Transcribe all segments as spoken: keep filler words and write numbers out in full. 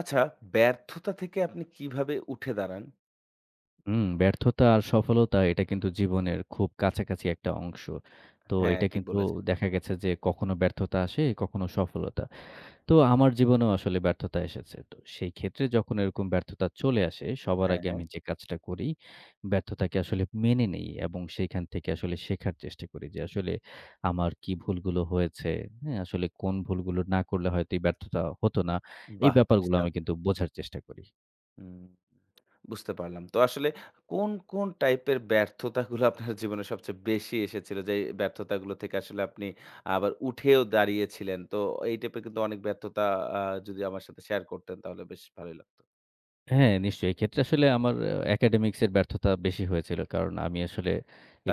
আচ্ছা, ব্যর্থতা থেকে আপনি কিভাবে উঠে দাঁড়ান? হুম, ব্যর্থতা আর সফলতা এটা কিন্তু জীবনের খুব কাছাকাছি একটা অংশ। তো হ্যাঁ, এটা ঠিক কিন্তু বলেছেন। দেখা গেছে যে কখনো ব্যর্থতা আসে, কখনো সফলতা। তো আমার জীবনেও আসলে ব্যর্থতা এসেছে। তো সেই ক্ষেত্রে যখন এরকম ব্যর্থতা চলে আসে, সবার হ্যাঁ, আগে হ্যাঁ। আমি যে কাজটা করি, ব্যর্থতাকে আসলে মেনে নেই এবং সেইখান থেকে আসলে শেখার চেষ্টা করি যে আসলে আমার কি ভুলগুলো হয়েছে, হ্যাঁ? আসলে কোন ভুলগুলো না করলে হয়তো এই ব্যর্থতা হতো না। এই বাহ! বেশ ব্যাপারগুলো আমি দারুণ। কিন্তু বোঝার চেষ্টা করি। হুম, বুঝতে পারলাম। তো আসলে কোন, কোন টাইপের ব্যর্থতাগুলো আপনার জীবনে সবচেয়ে বেশি এসেছিল? যে এই ব্যর্থতাগুলো থেকে আসলে আপনি আবার উঠেও দাঁড়িয়েছিলেন। তো এই টাইপের কিন্তু অনেক ব্যর্থতা আ যদি আমার সাথে শেয়ার করতেন তাহলে বেশ ভালোই লাগতো। হ্যাঁ, নিশ্চয়ই। এক্ষেত্রে আসলে আমার আ একাডেমিক্স এর ব্যর্থতা বেশি হয়েছিল। কারণ আমি আসলে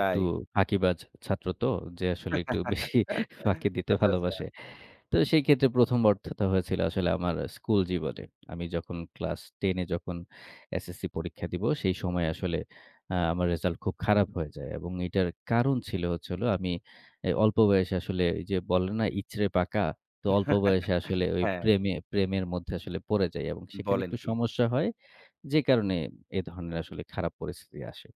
একটু ফাঁকিবাজ ছাত্র তো, যে আসলে একটু বেশি ফাঁকি দিতে আচ্ছা, আচ্ছা। ভালোবাসে। তো সেই ক্ষেত্রে ১ম ব্যর্থতা হয়েছিল আসলে আমার স্কুল জীবনে। আমি যখন ক্লাস দশ এ যখন এসএসসি পরীক্ষা দিব, সেই সময় আসলে আ আমার রেজাল্ট খুব খারাপ হয়ে যায় এবং এটার কারণ ছিল হচ্ছে হলো আমি এ অল্প বয়সে আসলে এই যে বলে না ইচড়ে পাকা? তো অল্প বয়সে আসলে ওই হ্যাঁ, প্রেমে প্রেমের মধ্যে আসলে পড়ে যাই এবং সেখানে বলেন একটু কি? সমস্যা হয়। যে কারণে এ ধরনের আসলে খারাপ পরিস্থিতি আসে।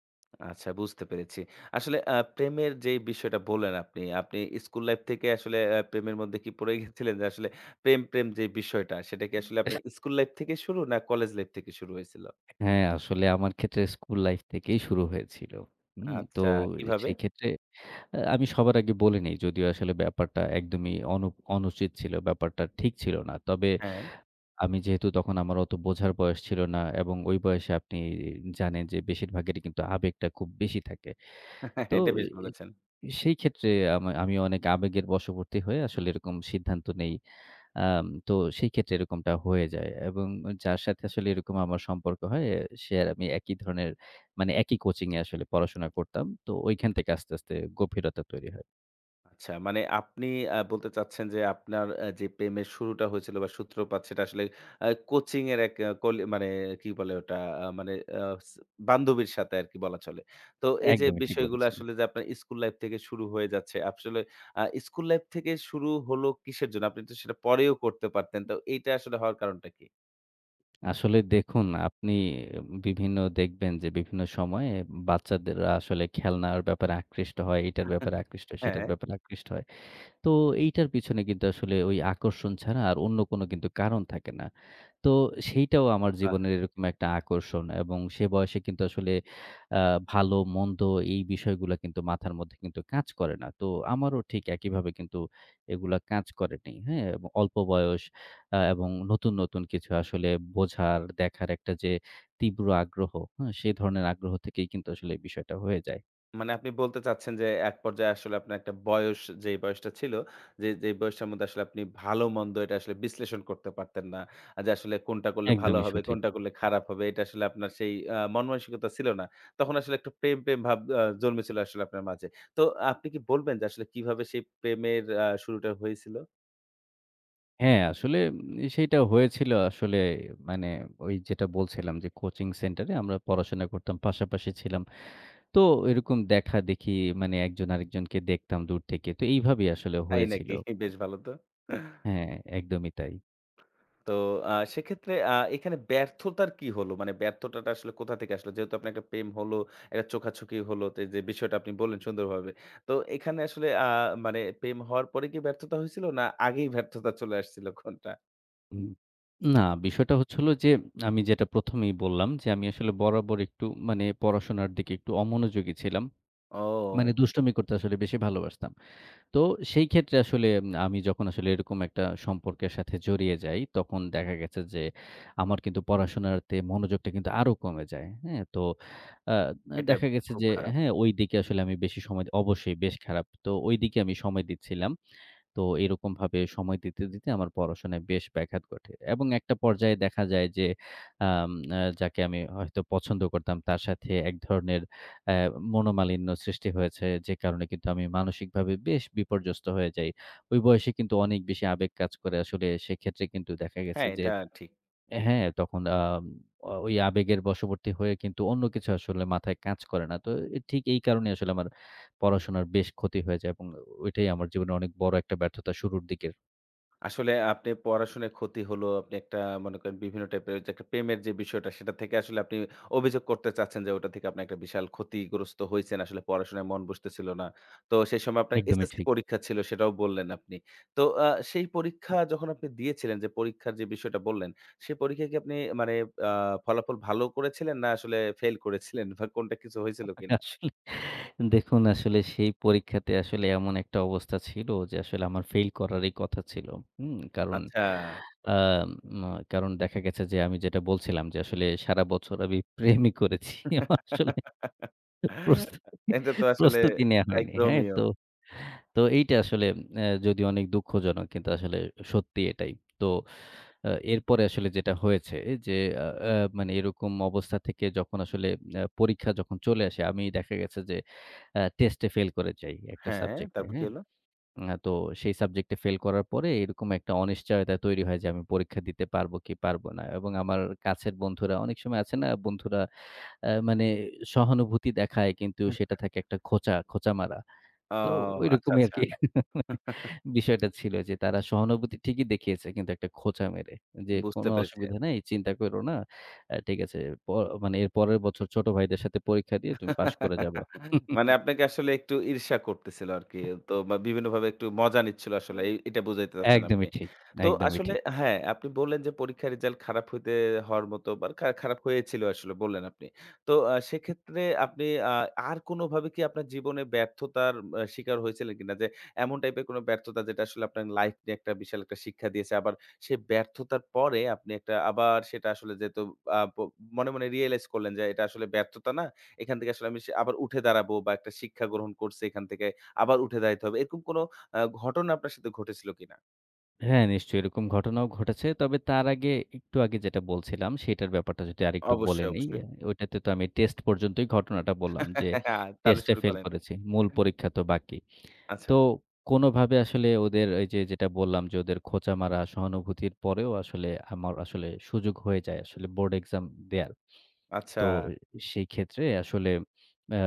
আচ্ছা বুঝতে পেরেছি। আসলে আ প্রেমের যেই বিষয়টা বললেন আপনি, আপনি স্কুল লাইফ থেকে আসলে আ প্রেমের মধ্যে কি পড়ে গেছিলেন? যে আসলে প্রেম, প্রেম যে বিষয়টা সেটা কি আসলে আপনার স্কুল লাইফ থেকে শুরু না কলেজ লাইফ থেকে শুরু হয়েছিল? হ্যাঁ, আসলে আমার ক্ষেত্রে স্কুল লাইফ থেকেই শুরু হয়েছিল। হুম? তো আচ্ছা, কিভাবে? সেক্ষেত্রে আ আমি সবার আগে বলে নেই যদিও আসলে ব্যাপারটা একদমই অনু অনুচিত ছিল। ব্যাপারটা ঠিক ছিল না। তবে হ্যাঁ, আমি যেহেতু তখন আমার অত বোঝার বয়স ছিল না এবং ওই বয়সে আপনি জানেন যে বেশিরভাগেরই কিন্তু আবেগটা খুব বেশি থাকে। তো এটা বেশ এ বলেছেন। সেই ক্ষেত্রে আমা আমি অনেক আবেগের বশবর্তী হয়ে আসলে এরকম সিদ্ধান্ত নেই। আম তো সেই ক্ষেত্রে এরকমটা হয়ে যায় এবং যার সাথে আসলে এরকম আমার সম্পর্ক হয়, সে আর আমি একই ধরনের মানে একই কোচিংয়ে আসলে পড়াশোনা করতাম। তো ঐখান থেকে আস্তে, আস্তে গভীরতা তৈরি হয়। আচ্ছা মানে আপনি আ বলতে চাচ্ছেন যে আপনার আ যে প্রেমের শুরুটা হয়েছিল বা সূত্রপাত সেটা আসলে আ কোচিং এর এক আ কলি মানে কি বলে ওটা আ মানে আ স বান্ধবীর সাথে আরকি বলা চলে। তো এই যে একদমই ঠিক বিষয়গুলো বলেছেন। আসলে যে আপনার স্কুল লাইফ থেকে শুরু হয়ে যাচ্ছে। আসলে আ স্কুল লাইফ থেকে শুরু হলো কিসের জন্য? আপনি তো সেটা পরেও করতে পারতেন। তো এইটা আসলে হওয়ার কারণটা কি? আসলে দেখুন আপনি বিভিন্ন দেখবেন যে বিভিন্ন সময়ে বাচ্চাদেররা আসলে খেলনার ব্যাপারে আকৃষ্ট হয়, এটার ব্যাপারে আকৃষ্ট হয়, সেটার হ্যাঁ, ব্যাপারে আকৃষ্ট হয়। তো এইটার পিছনে কিন্তু আসলে ওই আকর্ষণ ছাড়া আর অন্য কোনো কিন্তু কারণ থাকে না। তো সেইটাও আমার বাহ! জীবনের এরকম একটা আকর্ষণ এবং সে বয়সে কিন্তু আসলে আ ভালো মন্দ এই বিষয়গুলা কিন্তু মাথার মধ্যে কিন্তু কাজ করে না। তো আমারও ঠিক একইভাবে কিন্তু এগুলা কাজ করেনি। হ্যাঁ? এবং অল্প বয়স আ এবং নতুন, নতুন কিছু আসলে বোঝার, দেখার একটা যে তীব্র আগ্রহ, হ্যাঁ? সেই ধরনের আগ্রহ থেকেই কিন্তু আসলে এই বিষয়টা হয়ে যায়। মানে আপনি বলতে চাচ্ছেন যে, এক পর্যায়ে আসলে আপনার একটা বয়স যেই বয়সটা ছিল, যে যেই বয়সটার মধ্যে আসলে আপনি ভালো-মন্দ এটা আসলে বিশ্লেষণ করতে পারতেন না। আ যে আসলে কোনটা করলে ভালো একদমই হবে, সঠিক। কোনটা করলে খারাপ হবে, এটা আসলে আপনার সেই আ মন-মানসিকতা ছিল না। তখন আসলে একটু প্রেম, প্রেম ভাব আ জন্মেছিল আসলে আপনার মাঝে। তো আপনি কি বলবেন যে আসলে কিভাবে সেই প্রেমের আ শুরুটা হয়েছিল? হ্যাঁ, আসলে উম সেইটা হয়েছিল আসলে মানে ওই যেটা বলছিলাম যে কোচিং সেন্টারে আমরা পড়াশোনা করতাম, পাশাপাশি ছিলাম। তো এরকম দেখা-দেখি মানে একজন আরেকজনকে দেখতাম দূর থেকে। তো এইভাবেই আসলে তাই হয়েছিল। নাকি? বেশ ভালো তো। হ্যাঁ, একদমই তাই। তো আ সেক্ষেত্রে আ এখানে ব্যর্থতার কি হলো? মানে ব্যর্থতাটা আসলে কোথা থেকে আসলো? যেহেতু আপনার একটা প্রেম হলো, একটা চোখাচোখি হলো, তে যে বিষয়টা আপনি বললেন সুন্দরভাবে। তো এখানে আসলে আ মানে প্রেম হওয়ার পরে কি ব্যর্থতা হয়েছিল? না আগেই ব্যর্থতা চলে আসছিল কোনটা? উম না, বিষয়টা হচ্ছে হলো যে আমি যেটা ১ম এই বললাম যে আমি আসলে বরাবর একটু মানে পড়াশোনার দিকে একটু অমনোযোগী ছিলাম। মানে ও! দুষ্টুমি করতে আসলে বেশি ভালোবাসতাম। তো সেই ক্ষেত্রে আসলে আমি যখন আসলে এরকম একটা সম্পর্কের সাথে জড়িয়ে যাই, তখন দেখা গেছে যে আমার কিন্তু পড়াশোনাতে মনোযোগটা কিন্তু আরো কমে যায়। হ্যাঁ? তো আ এটা দেখা গেছে খুব যে খারাপ। হ্যাঁ, ওইদিকে আসলে আমি বেশি সময় দি- অবশ্যই বেশ খারাপ। তো ওইদিকে আমি সময় দিচ্ছিলাম। তো এরকমভাবে সময় দিতে, দিতে আমার পড়াশোনায় বেশ ব্যাঘাত ঘটে এবং একটা পর্যায়ে দেখা যায় যে আম আ যাকে আমি হয়তো পছন্দ করতাম তার সাথে এক ধরনের অ্যা মনোমালিন্য সৃষ্টি হয়েছে। যে কারণে কিন্তু আমি মানসিকভাবে বেশ বিপর্যস্ত হয়ে যাই। ওই বয়সে কিন্তু অনেক বেশি আবেগ কাজ করে। আসলে সেক্ষেত্রে কিন্তু দেখা গেছে হ্যাঁ, যে এটা ঠিক। হ্যাঁ, তখন আম অ ওই আবেগের বশবর্তী হয়ে কিন্তু অন্য কিছু আসলে মাথায় কাজ করে না। তো এ ঠিক এই কারণেই আসলে আমার পড়াশোনার বেশ ক্ষতি হয়ে যায় এবং ওইটাই আমার জীবনে অনেক বড় একটা ব্যর্থতা শুরুর দিকের। আসলে আপনি পড়াশোনায় ক্ষতি হলো, আপনি একটা মনে করেন বিভিন্ন টাইপের যে একটা প্রেমের যে বিষয়টা সেটা থেকে আসলে আপনি অভিযোগ করতে চাচ্ছেন যে ওটা থেকে আপনি একটা বিশাল ক্ষতিগ্রস্ত হইছেন। আসলে পড়াশোনায় মন বসতেছিল না। তো সেই সময় আপনার একদমই এসএসসি ঠিক। পরীক্ষা ছিল সেটাও বললেন আপনি। তো আ সেই পরীক্ষা যখন আপনি দিয়েছিলেন যে পরীক্ষার যে বিষয়টা বললেন, সেই পরীক্ষায় কি আপনি মানে আ ফলাফল ভালো করেছিলেন না আসলে ফেইল করেছিলেন বা কোনটা কিছু হয়েছিল কিনা? আসলে দেখুন আসলে সেই পরীক্ষাতে আসলে এমন একটা অবস্থা ছিল যে আসলে আমার ফেইল করারই কথা ছিল। হুম? কারণ আচ্ছা। আম আ কারণ দেখা গেছে যে আমি যেটা বলছিলাম যে আসলে সারা বছর আমি প্রেমই করেছি। আমার আসলে প্রস্তুতি এটা তো আসলে প্রস্তুতি নেয়া লাইক হয়নি। হ্যাঁ? রোমিও। তো, তো এইটা আসলে অ্যা যদিও অনেক দুঃখজনক কিন্তু আসলে সত্যি এটাই। তো আ এরপরে আসলে যেটা হয়েছে যে আ আ মানে এরকম অবস্থা থেকে যখন আসলে আ পরীক্ষা যখন চলে আসে আমি দেখা গেছে যে আ টেস্টে ফেল করে যাই একটা হ্যাঁ, সাবজেক্টে, তারপর কি হ্যাঁ? হলো? আ তো সেই সাবজেক্টে ফেল করার পরে এরকম একটা অনিশ্চয়তা তৈরি হয় যে আমি পরীক্ষা দিতে পারব কি পারব না। এবং আমার কাছের বন্ধুরা অনেক সময় আছে না বন্ধুরা আ মানে সহানুভূতি দেখায় কিন্তু সেটা থাকে একটা খোঁচা, খোঁচা মারা। ও তো আচ্ছা, ঐরকমই আচ্ছা। আরকি। বিষয়টা ছিল যে তারা সহানুভূতি ঠিকই দেখিয়েছে কিন্তু একটা খোঁচা মেরে। যে বুঝতে কোনো পেরেছি। অসুবিধা নাই, চিন্তা করো না। আ ঠিক আছে, প মানে এর পরের বছর ছোট ভাইদের সাথে পরীক্ষা দিয়ে তুমি পাস করে যাবা। মানে আপনাকে আসলে একটু ঈর্ষা করতেছিল আরকি। তো বা বিভিন্নভাবে একটু মজা নিচ্ছিল আসলে। এই এটা বুঝাইতে চাচ্ছেন আপনি। একদমই ঠিক, তো একদমই আসলে ঠিক। হ্যাঁ, আপনি বললেন যে পরীক্ষার রেজাল্ট খারাপ হইতে হওয়ার মতো বা খা খারাপ হয়েছিল আসলে বললেন আপনি। তো আ সেক্ষেত্রে আপনি আ আর কোনোভাবে কি আপনার জীবনে ব্যর্থতার আ শিকার হয়েছিলেন কিনা? যে এমন টাইপের কোনো ব্যর্থতা যেটা আসলে আপনার লাইফ নিয়ে একটা বিশাল একটা শিক্ষা দিয়েছে। আবার সেই ব্যর্থতার পরে আপনি একটা আবার সেটা আসলে যেহেতু আ প মনে, মনে রিয়ালাইজ করলেন যে এটা আসলে ব্যর্থতা না। এখান থেকে আসলে আমি সে আবার উঠে দাঁড়াবো বা একটা শিক্ষা গ্রহণ করছি এখান থেকে আবার উঠে দাঁড়াইতে হবে। এরকম কোনো আ ঘটনা আপনার সাথে ঘটেছিল কিনা? হ্যাঁ, নিশ্চয়ই এরকম ঘটনাও ঘটেছে। তবে তার আগে একটু আগে যেটা বলছিলাম সেটার ব্যাপারটা যদি আরেকটু বলে অবশ্যই, নেই। অবশ্যই। ওইটাতে তো আমি টেস্ট পর্যন্তই ঘটনাটা বললাম যে তাহলে টেস্টে শুরু ফেল করেন। করেছি। মূল পরীক্ষা তো বাকি। আচ্ছা, তো কোনোভাবে আসলে ওদের এই যে যেটা বললাম যে ওদের খোঁচা মারা সহানুভূতির পরেও আসলে আমার আসলে সুযোগ হয়ে যায় আসলে বোর্ড এক্সাম দেয়ার। আচ্ছা। তো সেই ক্ষেত্রে আসলে আ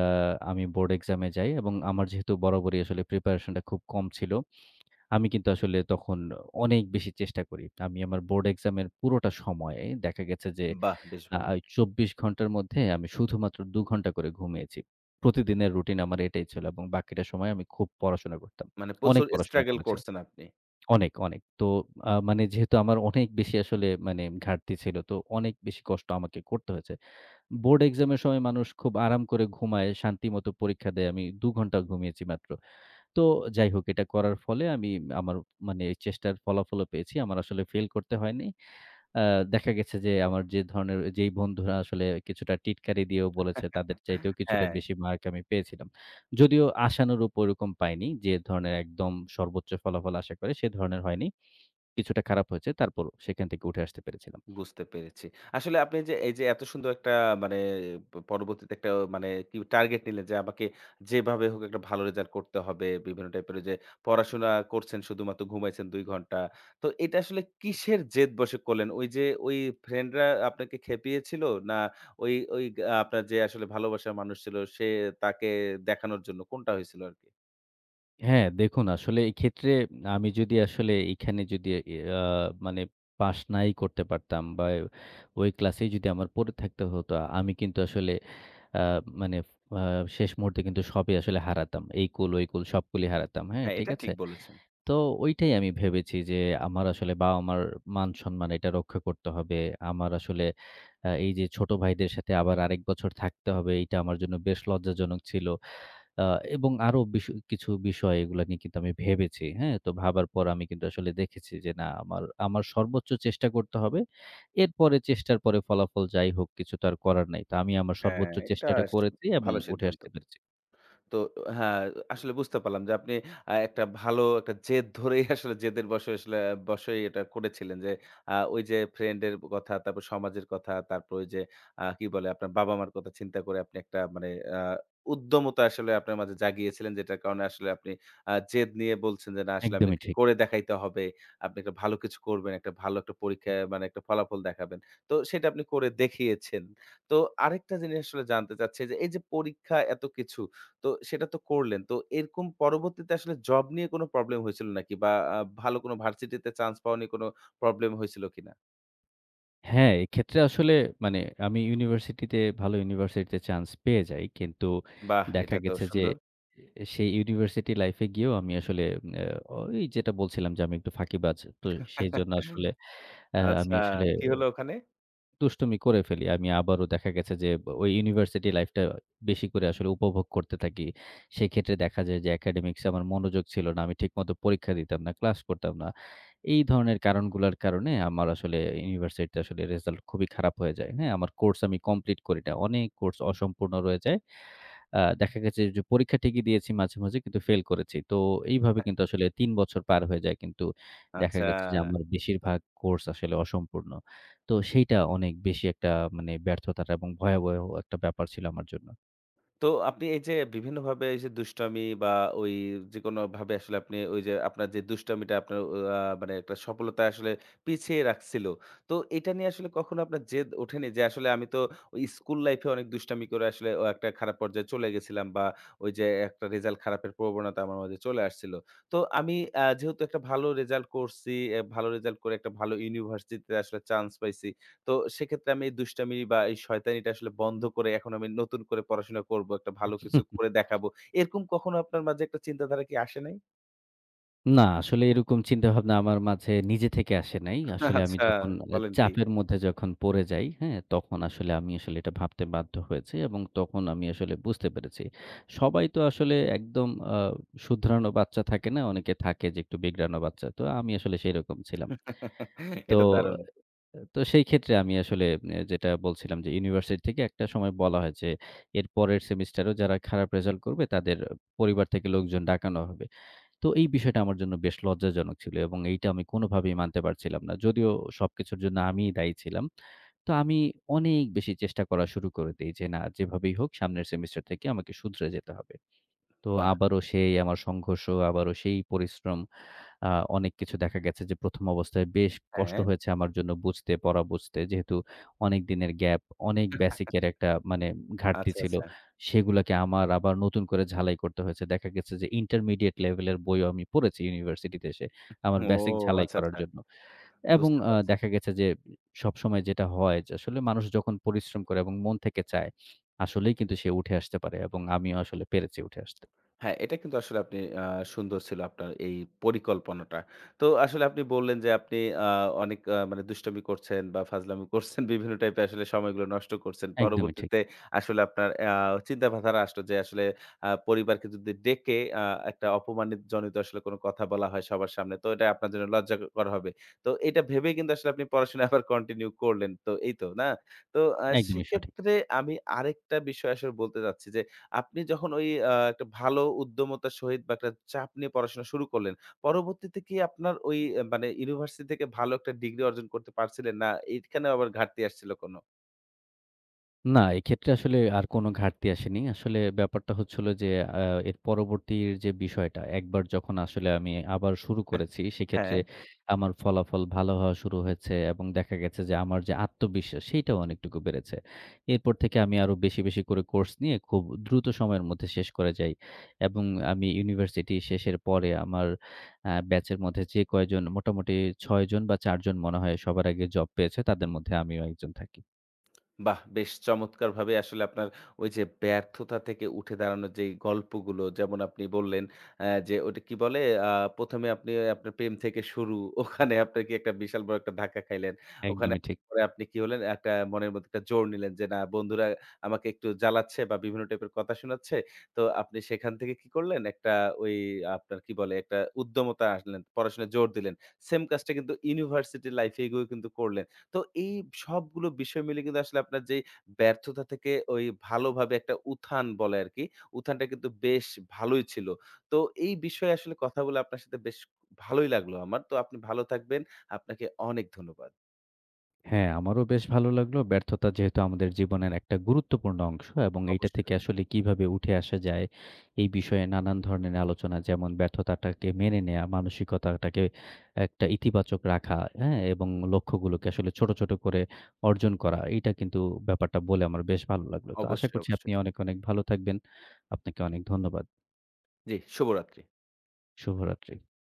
আমি বোর্ড এক্সামে যাই এবং আমার যেহেতু বরাবরই আসলে প্রিপারেশনটা খুব কম ছিল। আমি কিন্তু আসলে তখন অনেক বেশি চেষ্টা করি। আমি আমার বোর্ড এক্সামের পুরোটা সময়ে দেখা গেছে যে বাহ! বেশ আ ভালো। আ চব্বিশ ঘন্টার মধ্যে আমি শুধুমাত্র দুই ঘন্টা করে ঘুমিয়েছি। প্রতিদিনের রুটিন আমার এটাই ছিল এবং বাকিটা সময় আমি খুব পড়াশোনা করতাম। মানে অনেক প্রচুর পড়াশোনা struggle করেছি। করছেন আপনি। অনেক, অনেক। তো আ মানে যেহেতু আমার অনেক বেশি আসলে মানে ঘাটতি ছিল, তো অনেক বেশি কষ্ট আমাকে করতে হয়েছে। বোর্ড এক্সামের সময় মানুষ খুব আরাম করে ঘুমায়, শান্তিমতো পরীক্ষা দেয়। আমি দুই ঘন্টা ঘুমিয়েছি মাত্র। তো যাই হোক এটা করার ফলে আমি আমার মানে এই চেষ্টার ফলাফলও পেয়েছি। আমার আসলে ফেল করতে হয়নি। আ দেখা গেছে যে আমার যে ধরনের যেই বন্ধুরা আসলে কিছুটা টিটকারি দিয়েও বলেছে তাদের চাইতেও কিছুটা হ্যাঁ। বেশি মার্ক আমি পেয়েছিলাম। যদিও আশানুরূপ ওরকম পাইনি। যে ধরনের একদম সর্বোচ্চ ফলাফল আশা করে সে ধরনের হয়নি। কিছুটা খারাপ হয়েছে। তারপরও সেখান থেকে উঠে আসতে পেরেছিলাম। বুঝতে পেরেছি। আসলে আপনি যে এই যে এত সুন্দর একটা মানে প পরবর্তীতে একটা মানে কি টার্গেট নিলেন যে আমাকে যেভাবে হোক একটা ভালো রেজাল্ট করতে হবে। বিভিন্ন টাইপের ওই যে পড়াশোনা করছেন শুধুমাত্র ঘুমাইছেন দুই ঘন্টা। তো এটা আসলে কিসের জেদ বশে করলেন? ওই যে ওই ফ্রেন্ডরা আপনাকে খেপিয়েছিল? না ওই ওই আ আপনার যে আসলে ভালোবাসার মানুষ ছিল সে তাকে দেখানোর জন্য কোনটা হয়েছিল আরকি? হ্যাঁ, দেখুন আসলে এক্ষেত্রে আমি যদি আসলে এখানে যদি আ মানে পাস নাই করতে পারতাম বা ওই ক্লাসেই যদি আমার পড়ে থাকতে হতো, আমি কিন্তু আসলে আ মানে আ শেষ মুহূর্তে কিন্তু সবই আসলে হারাতাম। এই কুল, ওই কুল সবগুলি হারাতাম। হ্যাঁ, হ্যাঁ, ঠিক এটা আছে? ঠিক বলেছেন। তো ওইটাই আমি ভেবেছি যে আমার আসলে বাবা-মার মান-সম্মান এটা রক্ষা করতে হবে। আমার আসলে আ এই যে ছোট ভাইদের সাথে আবার আরেক বছর থাকতে হবে, এইটা আমার জন্য বেশ লজ্জাজনক ছিল। আ এবং আরো বিষ কিছু বিষয় এগুলা নিয়ে কিন্তু আমি ভেবেছি। হ্যাঁ? তো ভাবার পর আমি কিন্তু আসলে দেখেছি যে না আমার, আমার সর্বোচ্চ চেষ্টা করতে হবে। এরপরে চেষ্টার পরে ফলাফল যাই হোক কিছু তো আর করার নাই। তো আমি আমার হ্যাঁ, সর্বোচ্চ এটা চেষ্টাটা আস করেছি এবং ভালো উঠে সিদ্ধান্ত। আসতে পেরেছি। তো হ্যাঁ, আসলে বুঝতে পারলাম যে আপনি আ একটা ভালো একটা জেদ ধরেই আসলে জেদের বশে আসলে বশেই এটা করেছিলেন যে আ ওই যে ফ্রেন্ডের কথা, তারপর সমাজের কথা, তারপর ওই যে আ কি বলে আপনার বাবা-মার কথা চিন্তা করে আপনি একটা মানে আ উদ্যমতা আসলে আপনার মাঝে জাগিয়েছিলেন যেটার কারণে আসলে আপনি আ জেদ নিয়ে বলছেন যে, "না আসলে আমি একদমই ঠিক। করে দেখাইতে হবে। আপনি একটা ভালো কিছু করবেন, একটা ভালো একটা পরীক্ষা মানে একটা ফলাফল দেখাবেন।" তো সেটা আপনি করে দেখিয়েছেন। তো আরেকটা জিনিস আসলে জানতে চাচ্ছি যে এই যে পরীক্ষা এত কিছু তো সেটা তো করলেন। তো এরকম পরবর্তীতে আসলে জব নিয়ে কোনো প্রবলেম হয়েছিল নাকি? বা আ ভালো কোনো ভার্সিটিতে চান্স পাওয়া নিয়ে কোনো প্রবলেম হয়েছিল কিনা? হ্যাঁ, এক্ষেত্রে আসলে মানে আমি ইউনিভার্সিটিতে ভালো ইউনিভার্সিটিতে চান্স পেয়ে যাই। কিন্তু বাহ! দেখা এটা তো গেছে যে সুন্দর। এ সেই ইউনিভার্সিটি লাইফে গিয়েও আমি আসলে আ ওই যেটা বলছিলাম যে আমি একটু ফাঁকিবাজ। তো সেইজন্য আসলে আ আমি আচ্ছা, আসলে কি হলো ওখানে? দুষ্টুমি করে ফেলি। আমি আবারও দেখা গেছে যে ওই ইউনিভার্সিটি লাইফটা বেশি করে আসলে উপভোগ করতে থাকি। সেক্ষেত্রে দেখা যায় যে একাডেমিক্সে আমার মনোযোগ ছিল না। আমি ঠিকমতো পরীক্ষা দিতাম না, ক্লাস করতাম না। এই ধরনের কারণগুলার কারণে আমার আসলে ইউনিভার্সিটিতে আসলে রেজাল্ট খুবই খারাপ হয়ে যায়। হ্যাঁ? আমার কোর্স আমি কমপ্লিট করি না। অনেক কোর্স অসম্পূর্ণ রয়ে যায়। আ দেখা গেছে যে পরীক্ষা ঠিকই দিয়েছি মাঝে, মাঝে কিন্তু ফেল করেছি। তো এইভাবে কিন্তু আসলে তিন বছর পার হয়ে যায় কিন্তু দেখা আচ্ছা। গেছে যে আমার বেশিরভাগ কোর্স আসলে অসম্পূর্ণ। তো সেইটা অনেক বেশি একটা মানে ব্যর্থতার এবং ভয়াবহ একটা ব্যাপার ছিল আমার জন্য। তো আপনি এই যে বিভিন্নভাবে এই যে দুষ্টামি বা ওই যেকোনো ভাবে আসলে আপনি ওই যে আপনার যে দুষ্টামিটা আপনার আহ, মানে একটা সফলতা আসলে পিছিয়ে রাখছিল তো এটা নিয়ে আসলে কখনো আপনার জেদ ওঠেনি যে আসলে আমি তো ওই স্কুল লাইফে অনেক দুষ্টামি করে আসলে ও একটা খারাপ পর্যায়ে চলে গেছিলাম বা ওই যে একটা রেজাল্ট খারাপের প্রবণতা আমার মধ্যে চলে আসছিল তো আমি আহ, যেহেতু একটা ভালো রেজাল্ট করছি আহ, ভালো রেজাল্ট করে একটা ভালো ইউনিভার্সিটিতে আসলে চান্স পাইছি তো সেক্ষেত্রে আমি এই দুষ্টামি বা এই শয়তানিটা আসলে বন্ধ করে এখন আমি নতুন করে পড়াশোনা করব। একটা ভালো কিছু করে দেখাবো। এরকম কখনো আপনার মাঝে একটা চিন্তাধারা কি আসে নাই? না, আসলে এরকম চিন্তাভাবনা আমার মাঝে নিজে থেকে আসে নাই। আসলে আমি আচ্ছা, যখন আ বলেন কি? চাপের মধ্যে যখন পড়ে যাই, হ্যাঁ? তখন আসলে আমি আসলে এটা ভাবতে বাধ্য হয়েছি এবং তখন আমি আসলে বুঝতে পেরেছি। সবাই তো আসলে একদম আ শুধরানো বাচ্চা থাকে না? অনেকে থাকে যে একটু বিগড়ানো বাচ্চা। তো আমি আসলে সেরকম ছিলাম। তো এটা দারুণ! তো সেই ক্ষেত্রে আমি আসলে এ যেটা বলছিলাম যে ইউনিভার্সিটি থেকে একটা সময় বলা হয় যে, এর পরের সেমিস্টারেও যারা খারাপ রেজাল্ট করবে তাদের পরিবার থেকে লোকজন ডাকানো হবে। তো এই বিষয়টা আমার জন্য বেশ লজ্জাজনক ছিল এবং এইটা আমি কোনোভাবেই মানতে পারছিলাম না। যদিও সবকিছুর জন্য আমিই দায়ী ছিলাম। তো আমি অনেক বেশি চেষ্টা করা শুরু করে দেই যে, না যেভাবেই হোক সামনের সেমিস্টার থেকে আমাকে শুধরে যেতে হবে। তো বাহ! আবারও সেই আমার সংঘর্ষ, আবারও সেই পরিশ্রম। আ অনেক কিছু দেখা গেছে যে ১ম অবস্থায় বেশ কষ্ট হ্যাঁ, হয়েছে আমার জন্য বুঝতে, পড়া বুঝতে। যেহেতু অনেক দিনের গ্যাপ, অনেক বেসিকের একটা মানে ঘাটতি আচ্ছা, ছিল। আচ্ছা। সেগুলাকে আমার আবার নতুন করে ঝালাই করতে হয়েছে। দেখা গেছে যে ইন্টারমিডিয়েট লেভেলের বইও আমি পড়েছি ইউনিভার্সিটিতে এসে আমার ও বেসিক ঝালাই আচ্ছা, করার আচ্ছা। জন্য। এবং বুঝতে আ পারছি। দেখা গেছে যে সবসময় যেটা হয় যে আসলে মানুষ যখন পরিশ্রম করে এবং মন থেকে চায়, আসলেই কিন্তু সে উঠে আসতে পারে এবং আমিও আসলে পেরেছি উঠে আসতে। হ্যাঁ, এটা কিন্তু আসলে আপনি আ সুন্দর ছিল আপনার এই পরিকল্পনাটা। তো আসলে আপনি বললেন যে আপনি আ অনেক আ মানে দুষ্টামি করছেন বা ফাজলামি করছেন, বিভিন্ন টাইপের আসলে সময়গুলো নষ্ট করছেন। একদমই ঠিক। পরবর্তীতে আসলে আপনার আ চিন্তাধারা আসলো যে আসলে আ পরিবারকে যদি ডেকে আ একটা অপমানিত জনিত আসলে কোনো কথা বলা হয় সবার সামনে, তো এটা আপনার জন্য লজ্জাকর হবে। তো এটা ভেবেই কিন্তু আসলে আপনি পড়াশোনা আবার কন্টিনিউ করলেন। তো এই তো, না? তো আ একদমই সঠিক। সেক্ষেত্রে আমি আরেকটা বিষয় আসলে বলতে চাচ্ছি যে আপনি যখন ওই আ একটা ভালো উদ্যমতার সহিত বা একটা চাপ নিয়ে পড়াশোনা শুরু করলেন, পরবর্তীতে কি আপনার ওই আ মানে ইউনিভার্সিটি থেকে ভালো একটা ডিগ্রি অর্জন করতে পারছিলেন? না, এখানে আবার ঘাটতি আসছিল কোনো? না, এক্ষেত্রে আসলে আর কোনো ঘাটতি আসেনি। আসলে ব্যাপারটা হচ্ছে হলো যে, আ এর পরবর্তীর যে বিষয়টা, একবার যখন আসলে আমি আবার শুরু করেছি, সেক্ষেত্রে হ্যাঁ আমার ফলাফল ভালো হওয়া শুরু হয়েছে এবং দেখা গেছে যে, আমার যে আত্মবিশ্বাস, সেইটাও অনেকটুকু বেড়েছে। এরপর থেকে আমি আরো বেশি, বেশি করে কোর্স নিয়ে খুব দ্রুত সময়ের মধ্যে শেষ করে যাই এবং আমি ইউনিভার্সিটি শেষের পরে আমার আ ব্যাচের মধ্যে যে কয়জন, মোটামুটি ছয় জন বা চার জন মনে হয় সবার আগে জব পেয়েছে, তাদের মধ্যে আমিও একজন থাকি। বাহ! বেশ চমৎকারভাবে আসলে আপনার ওই যে ব্যর্থতা থেকে উঠে দাঁড়ানোর যেই গল্পগুলো যেমন আপনি বললেন অ্যা যে ওটা কি বলে? আ ১ম এ আপনি আপনার প্রেম থেকে শুরু ওখানে আপনার কি একটা বিশাল বড় একটা ধাক্কা খাইলেন। ওখানে একদমই ঠিক। পরে আপনি কি হলেন? একটা মনের মধ্যে একটা জোর নিলেন যে, না বন্ধুরা আমাকে একটু জ্বালাচ্ছে বা বিভিন্ন টাইপের কথা শোনাচ্ছে। তো আপনি সেখান থেকে কি করলেন? একটা ওই আপনার কি বলে? একটা উদ্যমতা আসলেন, পড়াশোনায় জোর দিলেন। সেম কাজটা কিন্তু ইউনিভার্সিটি লাইফ এ গিয়েও কিন্তু করলেন। তো এই সবগুলো বিষয় মিলে কিন্তু আসলে আপনার যেই ব্যর্থতা থেকে ওই ভালোভাবে একটা উত্থান বলে আরকি। উত্থানটা কিন্তু বেশ ভালোই ছিল। তো এই বিষয়ে আসলে কথা বলে আপনার সাথে বেশ ভালোই লাগলো আমার। তো আপনি ভালো থাকবেন। আপনাকে অনেক ধন্যবাদ। হ্যাঁ, আমারও বেশ ভালো লাগলো। ব্যর্থতা যেহেতু আমাদের জীবনের একটা গুরুত্বপূর্ণ অংশ এবং এইটা থেকে অবশ্যই, আসলে কিভাবে উঠে আসা যায়, এই বিষয়ে নানান ধরনের আলোচনা যেমন ব্যর্থতাটাকে মেনে নেয়া, মানসিকতাটাকে একটা ইতিবাচক রাখা, হ্যাঁ? এবং লক্ষ্যগুলোকে আসলে ছোট, ছোট করে অর্জন করা। এইটা কিন্তু ব্যাপারটা বলে আমার বেশ ভালো লাগলো। তো আশা অবশ্যই, করছি আপনি অবশ্যই। অনেক, অনেক ভালো থাকবেন। আপনাকে অনেক ধন্যবাদ। জি, শুভরাত্রি। শুভরাত্রি।